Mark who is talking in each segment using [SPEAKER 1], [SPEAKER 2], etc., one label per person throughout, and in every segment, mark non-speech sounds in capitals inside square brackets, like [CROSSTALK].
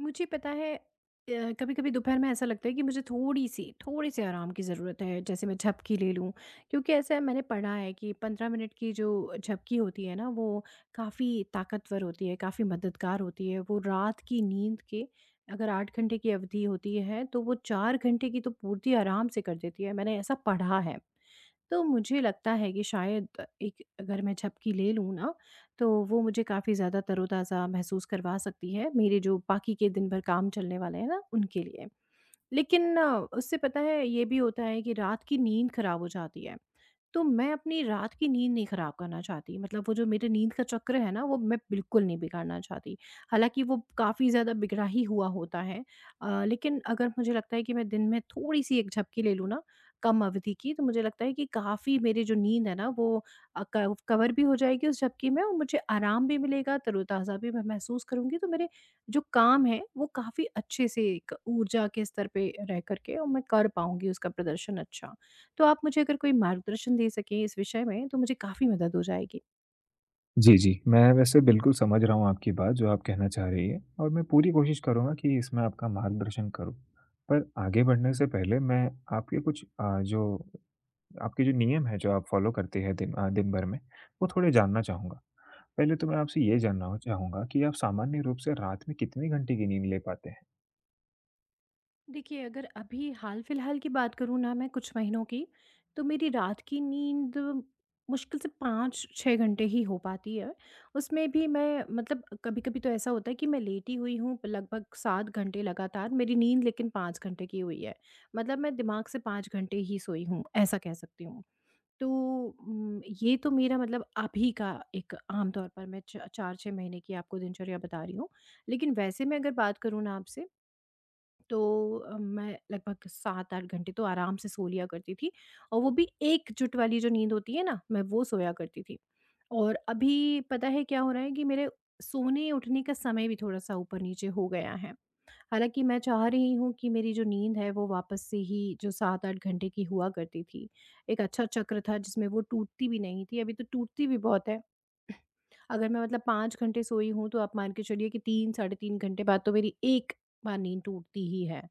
[SPEAKER 1] मुझे पता है कभी-कभी दोपहर में ऐसा लगता है कि मुझे थोड़ी-सी, थोड़े-से आराम की ज़रूरत है, जैसे मैं झपकी ले लूँ। क्योंकि ऐसा है मैंने पढ़ा है कि 15 मिनट की जो झपकी होती है ना, वो काफ़ी ताकतवर होती है, काफ़ी मददगार होती है। वो रात की नींद के अगर 8 घंटे की अवधि होती है, तो वो 4 घंटे की तो पूर्ति आराम से कर देती है, मैंने ऐसा पढ़ा है। तो मुझे लगता है कि शायद एक अगर मैं झपकी ले लूँ ना, तो वो मुझे काफ़ी ज़्यादा तरोताज़ा महसूस करवा सकती है, मेरे जो बाकी के दिन भर काम चलने वाले हैं ना, उनके लिए। लेकिन उससे पता है ये भी होता है कि रात की नींद खराब हो जाती है। तो मैं अपनी रात की नींद नहीं खराब करना चाहती, मतलब वो जो मेरे नींद का चक्र है ना, वो मैं बिल्कुल नहीं बिगाड़ना चाहती। हालाँकि वो काफ़ी ज़्यादा बिगड़ा ही हुआ होता है। लेकिन अगर मुझे लगता है कि मैं दिन में थोड़ी-सी एक झपकी ले लूँ ना, कम अवधि की, तो मुझे लगता है कि काफ़ी मेरी जो नींद है ना, वो अ, क कवर भी हो जाएगी उस झपकी में और मुझे आराम भी मिलेगा, तरोताज़ा भी मैं महसूस करूँगी। तो मेरे जो काम हैं, वो काफ़ी अच्छे से एक ऊर्जा के स्तर पे रह कर के और मैं कर पाऊँगी उसका प्रदर्शन अच्छा। तो आप मुझे अगर कोई मार्गदर्शन दे सकें इस विषय में, तो मुझे काफ़ी मदद हो जाएगी।
[SPEAKER 2] जी, जी। मैं वैसे बिल्कुल समझ रहा हूँ आपकी बात जो आप कहना चाह रही हैं और मैं पूरी कोशिश करूँगा कि इसमें आपका मार्गदर्शन करूँ। पर आगे बढ़ने से पहले मैं आपके कुछ अ, जो आपके जो नियम हैं जो आप फ़ॉलो करते हैं दिन भर में, वो थोड़े जानना चाहूँगा। पहले तो मैं आपसे ये जानना चाहूँगा कि आप सामान्य रूप से रात में कितने घंटे की नींद ले पाते हैं?
[SPEAKER 1] देखिए, अगर अभी हाल-फिलहाल की बात करूँ ना मैं कुछ महीनों की, तो मेरी रात की नींद मुश्किल से 5-6 घंटे ही हो पाती है। उसमें भी मैं मतलब कभी-कभी तो ऐसा होता है कि मैं लेटी हुई हूँ लगभग 7 घंटे लगातार, मेरी नींद लेकिन 5 घंटे की हुई है। मतलब मैं दिमाग से 5 घंटे ही सोई हूँ, ऐसा कह सकती हूँ। तो ये तो मेरा मतलब अभी का एक आम तौर पर मैं च 4-6 महीने की आपको दिनचर्या बता रही हूँ। लेकिन वैसे मैं अगर बात करूँ ना आपसे, तो मैं लगभग 7-8 घंटे तो आराम से सो लिया करती थी और वो भी एकजुट वाली जो नींद होती है ना, मैं वो सोया करती थी। और अभी पता है क्या हो रहा है कि मेरे सोने-उठने का समय भी थोड़ा-सा ऊपर-नीचे हो गया है। हालाँकि मैं चाह रही हूँ कि मेरी जो नींद है वो वापस से ही जो 7-8 घंटे की हुआ करती थी, एक अच्छा चक्र था जिसमें वो टूटती भी नहीं थी, अभी तो टूटती भी बहुत है। [CLEARS THROAT] अगर मैं मतलब 5 घंटे सोई हूँ, तो आप मान के चलिए कि 3 साढ़े 3 घंटे बाद तो मेरी एक बार नींद टूटती ही है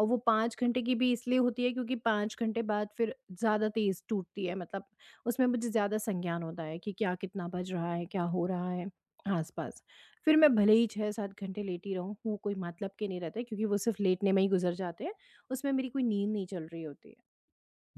[SPEAKER 1] और वो 5 घंटे की भी इसलिए होती है क्योंकि 5 घंटे बाद फिर ज़्यादा तेज़ टूटती है, मतलब उसमें मुझे ज़्यादा संज्ञान होता है कि क्या कितना बज रहा है, क्या हो रहा है आस-पास। फिर मैं भले ही 6-7 घंटे लेटी रहूँ, वो कोई मतलब के नहीं रहता है क्योंकि वो सिर्फ़ लेटने में ही गुज़र जाते हैं, उसमें मेरी कोई नींद नहीं चल रही होती है।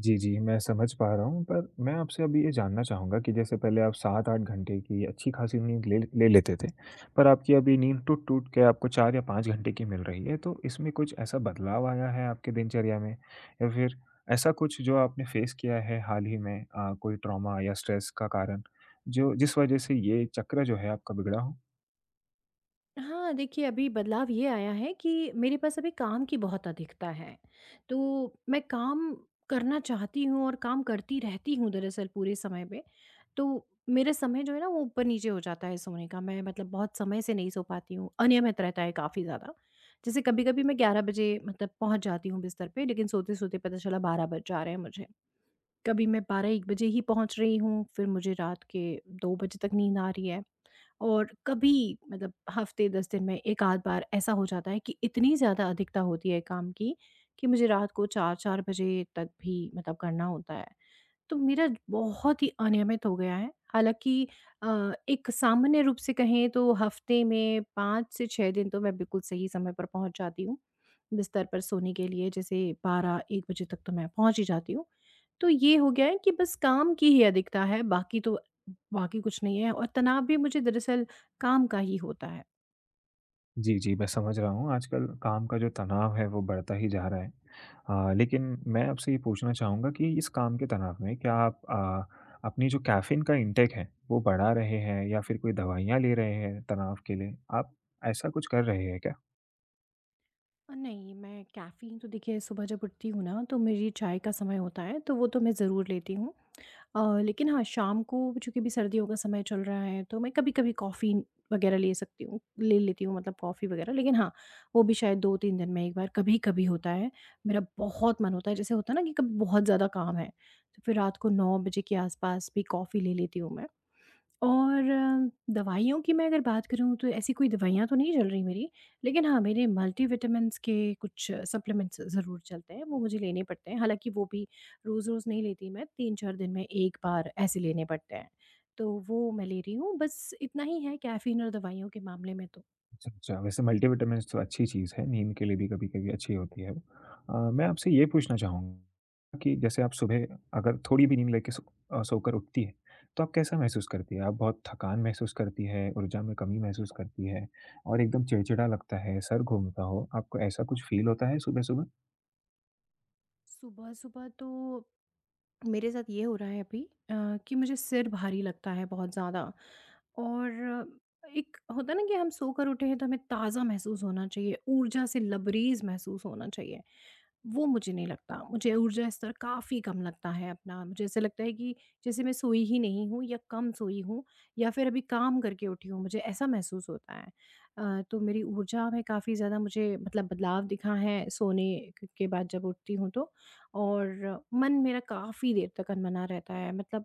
[SPEAKER 2] जी, जी, मैं समझ पा रहा हूँ, पर मैं आपसे अभी ये जानना चाहूँगा कि जैसे पहले आप 7-8 घंटे की अच्छी-खासी नींद ले ले लेते थे, पर आपकी अभी नींद टूट-टूट के आपको 4 या 5 घंटे की मिल रही है, तो इसमें कुछ ऐसा बदलाव आया है आपके दिनचर्या में? या फिर ऐसा कुछ जो आपने फ़ेस किया है हाल ही में, कोई ट्रॉमा या स्ट्रेस का कारण, जो जिस वजह से ये चक्र जो है आपका बिगड़ा हो?
[SPEAKER 1] हाँ, देखिए अभी बदलाव ये आया है कि मेरे पास अभी काम की बहुत अधिकता है, तो मैं काम करना चाहती हूँ और काम करती रहती हूँ दरअसल पूरे समय पे, तो मेरा समय जो है ना वो ऊपर-नीचे हो जाता है सोने का, मैं मतलब बहुत समय से नहीं सो पाती हूँ, अनियमित रहता है काफ़ी ज़्यादा। जैसे कभी-कभी मैं 11 बजे मतलब पहुँच जाती हूँ बिस्तर पे, लेकिन सोते-सोते पता चला 12 बज जा रहे हैं मुझे। कभी मैं 12-1 बजे ही पहुँच रही हूँ, फिर मुझे रात के 2 बजे तक नींद आ रही है। और कभी मतलब हफ़्ते 10 दिन में 1 आध बार ऐसा हो जाता है कि इतनी ज़्यादा अधिकता होती है काम की, कि मुझे रात को 4-4 बजे तक भी मतलब करना होता है। तो मेरा बहुत ही अनियमित हो गया है। हालाँकि अ, एक सामान्य रूप से कहें तो हफ़्ते में 5 से 6 दिन तो मैं बिल्कुल सही समय पर पहुँच जाती हूँ, बिस्तर पर सोने के लिए, जैसे 12-1 बजे तक तो मैं पहुँच ही जाती हूँ। तो ये हो गया है कि बस काम की ही अधिकता है, बाकी तो बाकी कुछ नहीं है और तनाव भी मुझे दरअसल काम का ही होता है।
[SPEAKER 2] जी, जी, मैं समझ रहा हूँ। आजकल काम का जो तनाव है, वो बढ़ता ही जा रहा है। लेकिन मैं आपसे ये पूछना चाहूँगा कि इस काम के तनाव में क्या आप अपनी जो कैफ़ीन का इंटेक है वो बढ़ा रहे हैं या फिर कोई दवाइयाँ ले रहे हैं तनाव के लिए? आप ऐसा कुछ कर रहे हैं क्या?
[SPEAKER 1] नहीं, मैं कैफ़ीन तो देखिए सुबह जब उठती हूँ ना, तो मेरी चाय का समय होता है, तो वो तो मैं ज़रूर लेती हूँ। लेकिन हाँ, शाम को चूँकि अभी सर्दियों का समय चल रहा है, तो मैं कभी-कभी कॉफ़ी वग़ैरह ले सकती हूँ, ले लेती हूँ मतलब कॉफ़ी वग़ैरह। लेकिन हाँ, वो भी शायद 2-3 दिन में एक बार कभी-कभी होता है। मेरा बहुत मन होता है, जैसे होता है ना कि कभी बहुत ज़्यादा काम है, तो फिर रात को 9 बजे के आस-पास भी कॉफ़ी ले लेती हूँ मैं। और दवाइयों की मैं अगर बात करूँ, तो ऐसी कोई दवाइयाँ तो नहीं चल रही मेरी, लेकिन हाँ, मेरे मल्टीविटामिन्स के कुछ सप्लीमेंट्स ज़रूर चलते हैं, वो मुझे लेने पड़ते हैं। हालाँकि वो भी रोज़-रोज़ नहीं लेती मैं, 3-4 दिन में 1 बार ऐसे लेने पड़ते हैं। तो वो मैं ले रही हूँ, बस इतना ही है कैफ़ीन और दवाइयों के मामले में तो।
[SPEAKER 2] अच्छा, अच्छा। वैसे मल्टीविटामिन्स तो अच्छी चीज़ है, नींद के लिए भी कभी-कभी अच्छी होती है वो। मैं आपसे ये पूछना चाहूँगा कि जैसे आप सुबह अगर थोड़ी भी नींद लेके सोकर उठती है, तो आप कैसा महसूस करती है? आप बहुत थकान महसूस करती है, ऊर्जा में कमी महसूस करती है और एकदम चिड़चिड़ा लगता है, सर घूमता हो, आपको ऐसा कुछ फ़ील होता है सुबह-सुबह?
[SPEAKER 1] सुबह-सुबह तो मेरे साथ ये हो रहा है अभी कि मुझे सिर भारी लगता है बहुत ज़्यादा और एक होता है ना कि हम सोकर उठे हैं तो हमें ताज़ा महसूस होना चाहिए, ऊर्जा से लबरेज महसूस होना चाहिए। वो मुझे नहीं लगता, मुझे ऊर्जा स्तर काफ़ी कम लगता है अपना। मुझे ऐसा लगता है कि जैसे मैं सोई ही नहीं हूँ या कम सोई हूँ या फिर अभी काम करके उठी हूँ, मुझे ऐसा महसूस होता है। तो मेरी ऊर्जा में काफ़ी ज़्यादा मुझे मतलब बदलाव दिखा है सोने के बाद जब उठती हूँ तो। और मन मेरा काफ़ी देर तक अनबना रहता है, मतलब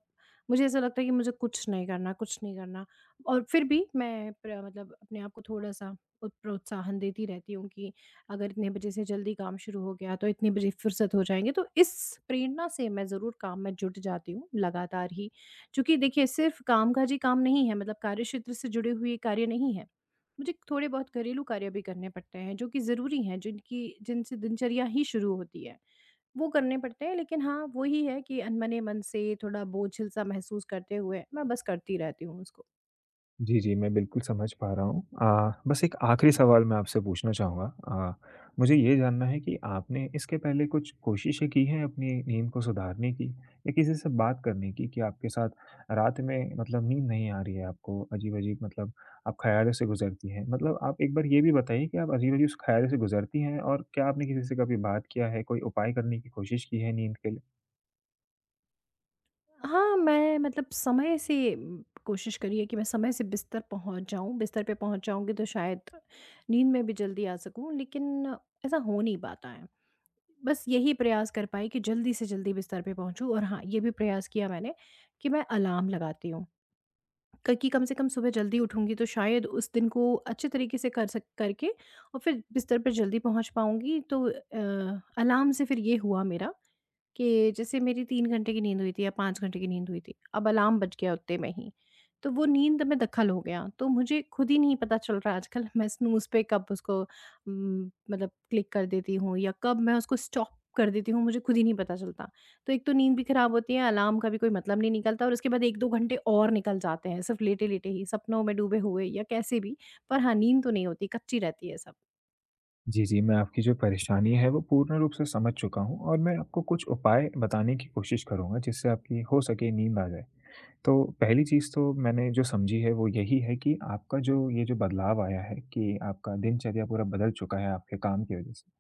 [SPEAKER 1] मुझे ऐसा लगता है कि मुझे कुछ नहीं करना, कुछ नहीं करना, और फिर भी मैं प्र मतलब अपने आप को थोड़ा-सा प्रोत्साहन देती रहती हूँ कि अगर इतने बजे से जल्दी काम शुरू हो गया, तो इतने बजे फुर्सत हो जाएँगे। तो इस प्रेरणा से मैं ज़रूर काम में जुट जाती हूँ लगातार ही। चूँकि देखिए सिर्फ़ कामकाजी काम नहीं है, मतलब कार्यक्षेत्र से जुड़े हुए कार्य नहीं है। मुझे थोड़े बहुत घरेलू कार्य भी करने पड़ते हैं, जो कि ज़रूरी हैं, जिनकी जिनसे दिनचर्या ही शुरू होती है। वो करने पड़ते हैं, लेकिन हाँ, वो ही है कि अनबने मन से थोड़ा बोझिल-सा महसूस करते हुए मैं बस करती रहती हूँ उसको।
[SPEAKER 2] जी, जी, मैं बिल्कुल समझ पा रहा हूँ। बस एक आखिरी सवाल मैं आपसे पूछना चाहूँगा। मुझे ये जानना है कि आपने इसके पहले कुछ कोशिशें की हैं अपनी नींद को सुधारने की या किसी से बात करने की कि आपके साथ रात में, मतलब, नींद नहीं आ रही है आपको, अजीब-अजीब, मतलब, आप ख़्यालों से गुज़रती हैं? मतलब आप एक बार ये भी बताइए कि आप अजीब-अजीब ख़्यालों से गुज़रती हैं और क्या आपने किसी से कभी बात किया है, कोई उपाय करने की कोशिश की है नींद के लिए?
[SPEAKER 1] हाँ, मैं मतलब समय से कोशिश करी है कि मैं समय से बिस्तर पहुँच जाऊँ, बिस्तर पे पहुँच जाऊँगी तो शायद नींद में भी जल्दी आ सकूँ, लेकिन ऐसा हो नहीं पाता है। बस यही प्रयास कर पाई कि जल्दी से जल्दी बिस्तर पे पहुँचूँ, और हाँ, ये भी प्रयास किया मैंने कि मैं अलार्म लगाती हूँ। क्योंकि कम से कम सुबह जल्दी उठूँगी तो शायद उस दिन को अच्छे तरीके से कर सक करके और फिर बिस्तर पे जल्दी पहुँच पाऊँगी, तो अलार्म से फिर ये हुआ मेरा कि जैसे मेरी 3 घंटे की नींद हुई थी या 5 घंटे की नींद हुई थी, अब अलार्म बज गया उतने में ही, तो वो नींद में दखल हो गया। तो मुझे खुद ही नहीं पता चल रहा आजकल मैं स्नूज़ पे कब उसको मतलब क्लिक कर देती हूँ या कब मैं उसको स्टॉप कर देती हूँ, मुझे खुद ही नहीं पता चलता। तो एक तो नींद भी खराब होती है, अलार्म का भी कोई मतलब नहीं निकलता, और उसके बाद 1-2 घंटे और निकल जाते हैं, सिर्फ़ लेटे-लेटे ही, सपनों में डूबे हुए या कैसे भी, पर हाँ, नींद तो नहीं होती, कच्ची रहती है सब।
[SPEAKER 2] जी, जी, मैं आपकी जो परेशानी है, वो पूर्ण रूप से समझ चुका हूँ और मैं आपको कुछ उपाय बताने की कोशिश करूँगा, जिससे आपकी हो सके नींद आ जाए। तो पहली चीज़ तो मैंने जो समझी है, वो यही है कि आपका जो ये जो बदलाव आया है कि आपका दिनचर्या पूरा बदल चुका है आपके काम की वज़ह से।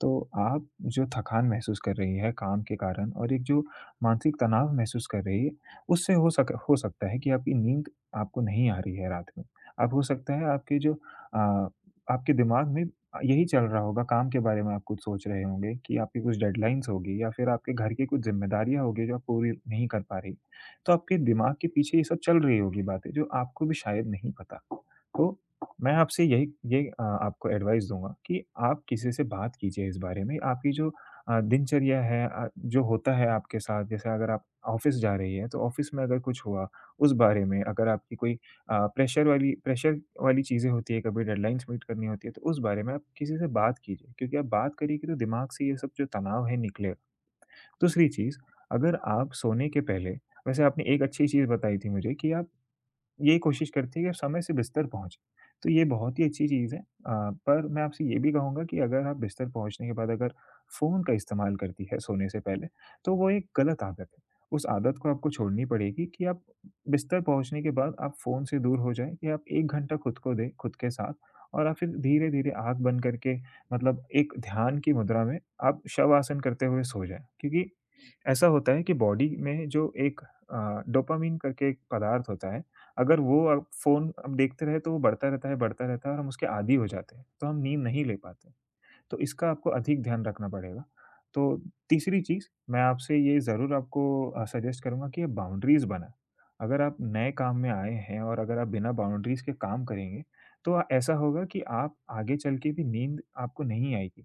[SPEAKER 2] तो आप जो थकान महसूस कर रही है काम के कारण और एक जो मानसिक तनाव महसूस कर रही है, उससे हो सकता है कि आपकी नींद आपको नहीं आ रही है रात में। अब हो सकता है आपके दिमाग में यही चल रहा होगा, काम के बारे में आप कुछ सोच रहे होंगे कि आपकी कुछ डेडलाइन्स होगी या फिर आपके घर की कुछ ज़िम्मेदारियाँ होगी जो आप पूरी नहीं कर पा रही। तो आपके दिमाग के पीछे ये सब चल रही होगी बातें जो आपको भी शायद नहीं पता। तो मैं आपसे आपको एडवाइस दूँगा कि आप किसी से बात कीजिए इस बारे में। आपकी जो दिनचर्या है, जो होता है आपके साथ, जैसे अगर आप ऑफ़िस जा रही हैं, तो ऑफ़िस में अगर कुछ हुआ, उस बारे में। अगर आपकी कोई प्रेशर वाली चीज़ें होती हैं, कभी डेडलाइन्स मीट करनी होती है, तो उस बारे में आप किसी से बात कीजिए। क्योंकि आप बात करेंगी, तो दिमाग से ये सब जो तनाव है, निकलेगा। दूसरी चीज़, अगर आप सोने के पहले, वैसे आपने एक अच्छी चीज़ बताई थी मुझे कि आप ये कोशिश करती है कि समय से बिस्तर पहुँचे, तो ये बहुत ही अच्छी चीज़ है। पर मैं आपसे ये भी कहूँगा कि अगर आप बिस्तर पहुँचने के बाद, अगर फ़ोन का इस्तेमाल करती है सोने से पहले, तो वो एक गलत आदत है। उस आदत को आपको छोड़नी पड़ेगी, कि आप बिस्तर पहुँचने के बाद आप फ़ोन से दूर हो जाएँ, कि आप 1 घंटा खुद को दें, खुद के साथ, और आप फिर धीरे-धीरे आँख बंद करके, मतलब एक ध्यान की मुद्रा में, आप शव आसन करते हुए सो जाएँ। क्योंकि ऐसा होता है कि बॉडी में जो एक डोपामाइन करके एक पदार्थ होता है, अगर वो अब फ़ोन अब देखते रहे तो वो बढ़ता रहता है, बढ़ता रहता है, और हम उसके आदी हो जाते हैं, तो हम नींद नहीं ले पाते। तो इसका आपको अधिक ध्यान रखना पड़ेगा। तो तीसरी चीज़ मैं आपसे ये ज़रूर आपको सजेस्ट करूँगा कि बाउंड्रीज़ बनाएँ। अगर आप नए काम में आए हैं और अगर आप बिना बाउंड्रीज़ के काम करेंगे, तो ऐसा होगा कि आप आगे चल के भी नींद आपको नहीं आएगी।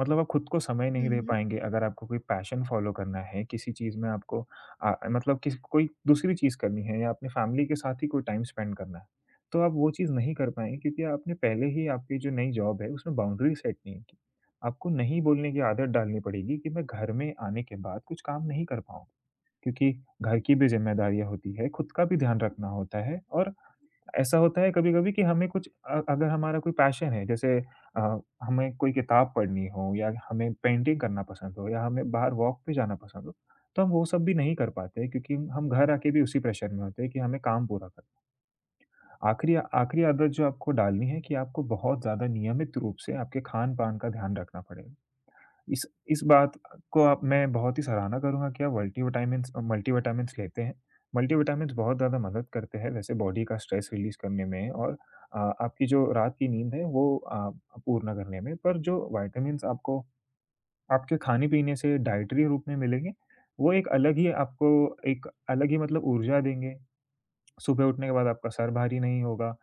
[SPEAKER 2] मतलब आप खुद को समय नहीं दे
[SPEAKER 1] हुँ,
[SPEAKER 2] पाएँगे, अगर आपको कोई पैशन फ़ॉलो करना है, किसी चीज़ में आपको मतलब किस कोई दूसरी चीज़ करनी है, या अपने फ़ैमिली के साथ ही कोई टाइम स्पेंड करना है, तो आप वो चीज़ नहीं कर पाएँगे, क्योंकि आपने पहले ही आपकी जो नई जॉब है, उसमें बाउंड्री सेट नहीं की। आपको नहीं बोलने की आदत डालनी पड़ेगी कि मैं घर में आने के बाद कुछ काम नहीं कर पाऊँ, क्योंकि घर की भी ज़िम्मेदारियाँ होती है, खुद का भी ध्यान रखना होता है, और ऐसा होता है कभी-कभी कि हमें अगर हमारा कोई पैशन है, जैसे हमें कोई किताब पढ़नी हो, या हमें पेंटिंग करना पसंद हो, या हमें बाहर वॉक पे जाना पसंद हो, तो हम वो सब भी नहीं कर पाते, क्योंकि हम घर आके भी उसी प्रेशर में होते हैं कि हमें काम पूरा करना है। आखिरी आखिरी आदत जो आपको डालनी है कि आपको बहुत ज़्यादा नियमित रूप से आपके खान-पान का ध्यान रखना पड़ेगा। इस बात को, आप, मैं बहुत ही सराहना करूँगा कि आप मल्टीविटामिन्स लेते हैं। मल्टीविटामिन्स बहुत ज़्यादा मदद करते हैं वैसे बॉडी का स्ट्रेस रिलीज़ करने में और आपकी जो रात की नींद है वो पूर्ण करने में। पर जो विटामिन्स आपको आपके खाने-पीने से डायटरी रूप में मिलेंगे, वो एक अलग ही, मतलब, ऊर्जा देंगे। सुबह उठने के बाद आपका सर भारी नहीं होगा।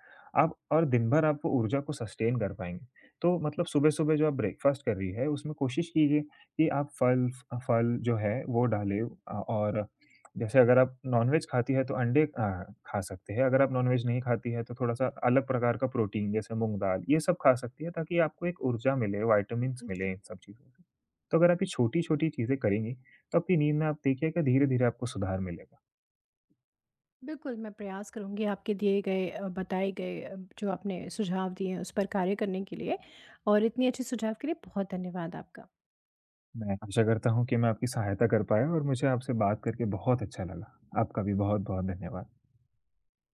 [SPEAKER 2] आप और दिन भर आप वो ऊर्जा को सस्टेन कर पाएँगे। तो मतलब सुबह-सुबह जो आप ब्रेकफ़ास्ट कर रही है, उसमें कोशिश कीजिए कि आप फल जो है वो डालें, और जैसे अगर आप नॉनवेज खाती है तो अंडे खा सकते हैं। अगर आप नॉनवेज नहीं खाती है तो थोड़ा-सा अलग प्रकार का प्रोटीन, जैसे मूँग दाल, ये सब खा सकती है, ताकि आपको एक ऊर्जा मिले, विटामिन्स
[SPEAKER 1] हुँ।
[SPEAKER 2] मिले इन सब चीज़ों से। तो अगर आप ये छोटी-छोटी चीज़ें करेंगी, तो आपकी नींद में आप देखिएगा धीरे-धीरे आपको सुधार मिलेगा।
[SPEAKER 1] बिल्कुल, मैं प्रयास करूँगी आपके दिए गए बताए गए जो आपने सुझाव दिए हैं उस पर कार्य करने के लिए, और इतनी अच्छी सुझाव के लिए बहुत धन्यवाद आपका।
[SPEAKER 2] मैं आशा करता हूँ कि मैं आपकी सहायता कर पाया और मुझे आपसे बात करके बहुत अच्छा लगा। आपका भी बहुत-बहुत धन्यवाद।